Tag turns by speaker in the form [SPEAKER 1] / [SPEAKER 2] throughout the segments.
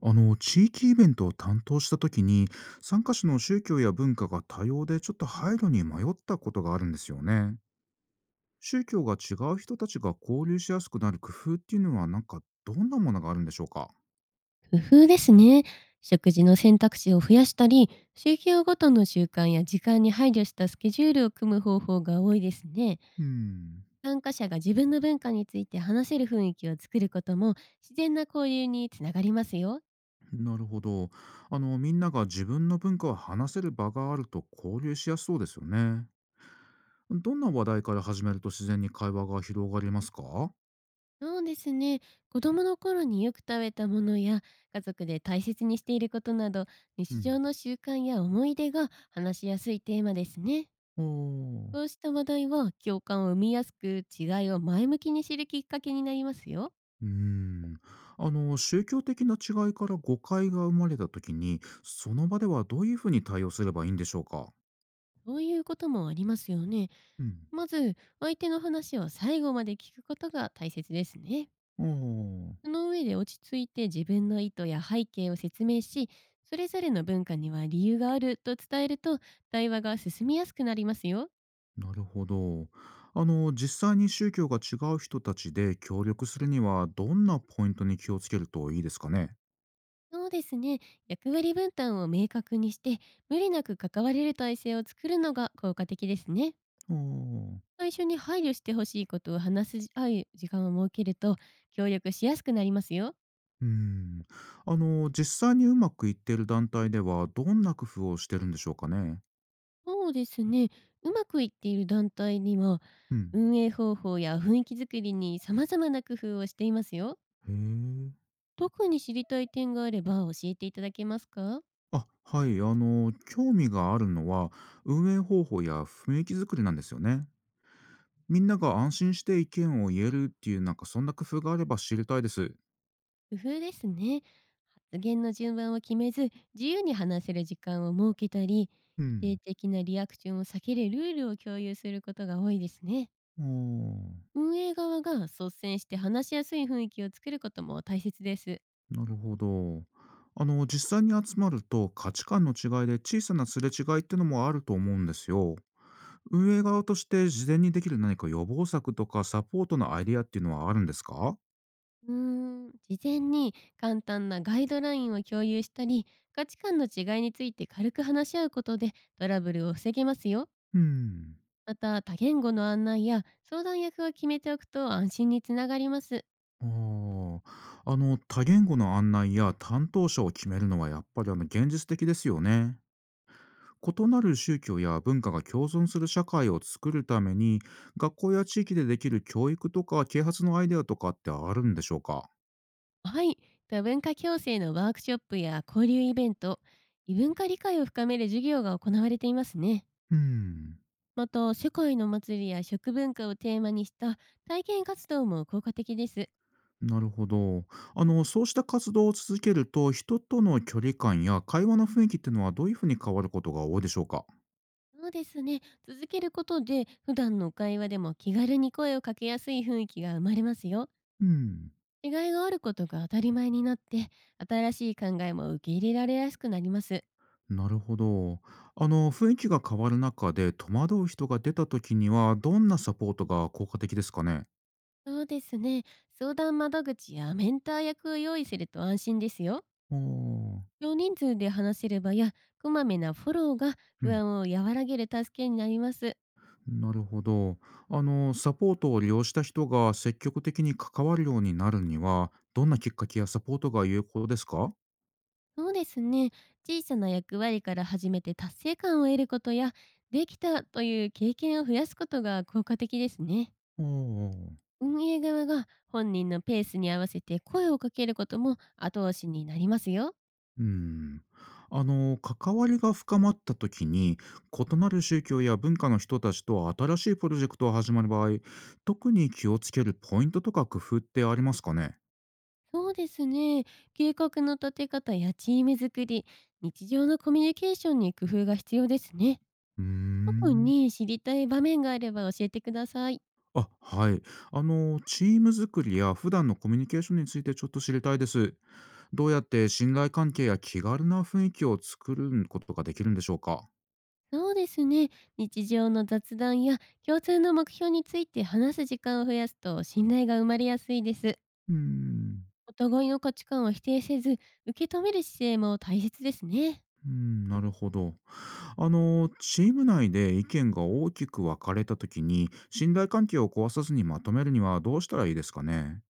[SPEAKER 1] 地域イベントを担当した時に参加者の宗教や文化が多様でちょっと配慮に迷ったことがあるんですよね。宗教が違う人たちが交流しやすくなる工夫っていうのはどんなものがあるんでしょうか？
[SPEAKER 2] 工夫ですね。食事の選択肢を増やしたり、宗教ごとの習慣や時間に配慮したスケジュールを組む方法が多いですね。
[SPEAKER 1] うん。
[SPEAKER 2] 参加者が自分の文化について話せる雰囲気を作ることも、自然な交流につながりますよ。
[SPEAKER 1] なるほど。あのみんなが自分の文化を話せる場があると交流しやすそうですよね。どんな話題から始めると自然に会話が広がりますか？
[SPEAKER 2] そうですね。子供の頃によく食べたものや家族で大切にしていることなど、
[SPEAKER 1] う
[SPEAKER 2] 日常
[SPEAKER 1] ん。
[SPEAKER 2] の習慣や思い出が話しやすいテーマですね。
[SPEAKER 1] おー。
[SPEAKER 2] こうした話題は共感を生みやすく、違いを前向きに知るきっかけになりますよ。
[SPEAKER 1] うーん。あの、宗教的な違いから誤解が生まれた時に、その場ではどういうふうに対応すればいいんでしょうか？
[SPEAKER 2] そういうこともありますよね。
[SPEAKER 1] うん。
[SPEAKER 2] まず、相手の話を最後まで聞くことが大切ですね。
[SPEAKER 1] ああ、
[SPEAKER 2] その上で、落ち着いて自分の意図や背景を説明し、それぞれの文化には理由があると伝えると、対話が進みやすくなりますよ。
[SPEAKER 1] なるほど。あの、実際に宗教が違う人たちで協力するには、どんなポイントに気をつけるといいですかね？
[SPEAKER 2] そうですね。役割分担を明確にして、無理なく関われる体制を作るのが効果的ですね。
[SPEAKER 1] ああ、う
[SPEAKER 2] 最初に配慮してほしいことを話す合う時間を設けると、協力しやすくなりますよ。
[SPEAKER 1] ん。あの、実際にうまくいっている団体では、どんな工夫をしてるんでしょうかね？
[SPEAKER 2] そうですね。うまくいっている団体には、
[SPEAKER 1] うん。
[SPEAKER 2] 運営方法や雰囲気作りに様々な工夫をしていますよ。
[SPEAKER 1] へえ。
[SPEAKER 2] 特に知りたい点があれば教えていただけますか？
[SPEAKER 1] あ、はい。あの、興味があるのは、運営方法や雰囲気作りなんですよね。みんなが安心して意見を言えるっていう、そんな工夫があれば知りたいです。
[SPEAKER 2] 工夫ですね。発言の順番を決めず、自由に話せる時間を設けたり、
[SPEAKER 1] う
[SPEAKER 2] 否定
[SPEAKER 1] ん。
[SPEAKER 2] 的なリアクションを避けるルールを共有することが多いですね。
[SPEAKER 1] ああ、
[SPEAKER 2] 運営側が率先して話しやすい雰囲気を作ることも大切です。
[SPEAKER 1] なるほど。あの、実際に集まると価値観の違いで小さなすれ違いってのもあると思うんですよ。運営側として事前にできる何か予防策とかサポートのアイディアっていうのはあるんですか？
[SPEAKER 2] 事前に簡単なガイドラインを共有したり、価値観の違いについて軽く話し合うことで、トラブルを防げますよ。
[SPEAKER 1] うん。
[SPEAKER 2] また、多言語の案内や相談役を決めておくと、安心につながります。
[SPEAKER 1] ああ、あの多言語の案内や担当者を決めるのはやっぱりあの現実的ですよね。異なる宗教や文化が共存する社会を作るために学校や地域でできる教育とか啓発のアイデアとかってあるんでしょうか？
[SPEAKER 2] はい、多文化共生のワークショップや交流イベント、異文化理解を深める授業が行われていますね。
[SPEAKER 1] うん、
[SPEAKER 2] また、世界の祭りや食文化をテーマにした体験活動も効果的です。
[SPEAKER 1] なるほど。あのそうした活動を続けると人との距離感や会話の雰囲気っていうのはどういうふうに変わることが多いでしょうか？
[SPEAKER 2] そうですね。続けることで、普段の会話でも気軽に声をかけやすい雰囲気が生まれますよ。
[SPEAKER 1] うん。
[SPEAKER 2] 違いがあることが当たり前になって、新しい考えも受け入れられやすくなります。
[SPEAKER 1] なるほど。あの、雰囲気が変わる中で戸惑う人が出た時には、どんなサポートが効果的ですかね？
[SPEAKER 2] そうですね。相談窓口やメンター役を用意すると安心ですよ。
[SPEAKER 1] ああ、
[SPEAKER 2] 少人数で話せる場や、こまめなフォローが
[SPEAKER 1] う
[SPEAKER 2] 不
[SPEAKER 1] ん、
[SPEAKER 2] 安を和らげる助けになります。
[SPEAKER 1] なるほど。あの、サポートを利用した人が積極的に関わるようになるには、どんなきっかけやサポートが有効ですか？
[SPEAKER 2] そうですね。小さな役割から始めて達成感を得ることや、できたという経験を増やすことが効果的ですね。
[SPEAKER 1] ああ、
[SPEAKER 2] 運営側が本人のペースに合わせて声をかけることも、後押しになりますよ。
[SPEAKER 1] うん。あの、関わりが深まった時に、異なる宗教や文化の人たちと新しいプロジェクトが始まる場合、特に気をつけるポイントとか工夫ってありますかね？
[SPEAKER 2] そうですね。計画の立て方やチーム作り、日常のコミュニケーションに工夫が必要ですね。
[SPEAKER 1] うー
[SPEAKER 2] 特
[SPEAKER 1] ん。
[SPEAKER 2] に知りたい場面があれば教えてください。
[SPEAKER 1] あ、はい。あの、チーム作りや普段のコミュニケーションについてちょっと知りたいです。どうやって信頼関係や気軽な雰囲気を作ることができるんでしょうか？
[SPEAKER 2] そうですね。日常の雑談や共通の目標について話す時間を増やすと、信頼が生まれやすいです。
[SPEAKER 1] うーん。
[SPEAKER 2] お互いの価値観を否定せず、受け止める姿勢も大切ですね。
[SPEAKER 1] うーん、なるほど。あの、チーム内で意見が大きく分かれたときに、信頼関係を壊さずにまとめるにはどうしたらいいですかね？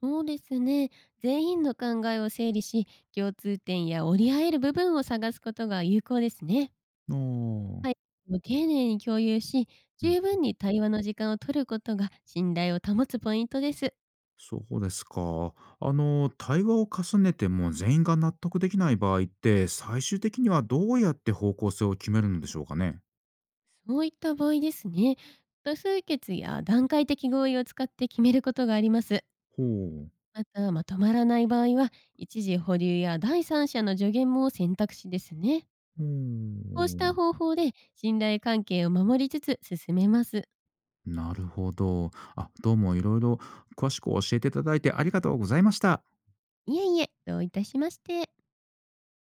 [SPEAKER 2] そうですね。全員の考えを整理し、共通点や折り合える部分を探すことが有効ですね。
[SPEAKER 1] ああん。
[SPEAKER 2] はい。丁寧に共有し、十分に対話の時間を取ることが信頼を保つポイントです。
[SPEAKER 1] そうですか。あの、対話を重ねても全員が納得できない場合って、最終的にはどうやって方向性を決めるのでしょうかね。
[SPEAKER 2] そういった場合ですね。多数決や段階的合意を使って決めることがあります。
[SPEAKER 1] ほう。
[SPEAKER 2] また、まとまらない場合は、一時保留や第三者の助言も選択肢ですね。
[SPEAKER 1] ほ
[SPEAKER 2] こうした
[SPEAKER 1] う。
[SPEAKER 2] 方法で信頼関係を守りつつ進めます。
[SPEAKER 1] なるほど。あ、どうもいろいろ詳しく教えていただいてありがとうございました。
[SPEAKER 2] いえいえ、どういたしまして。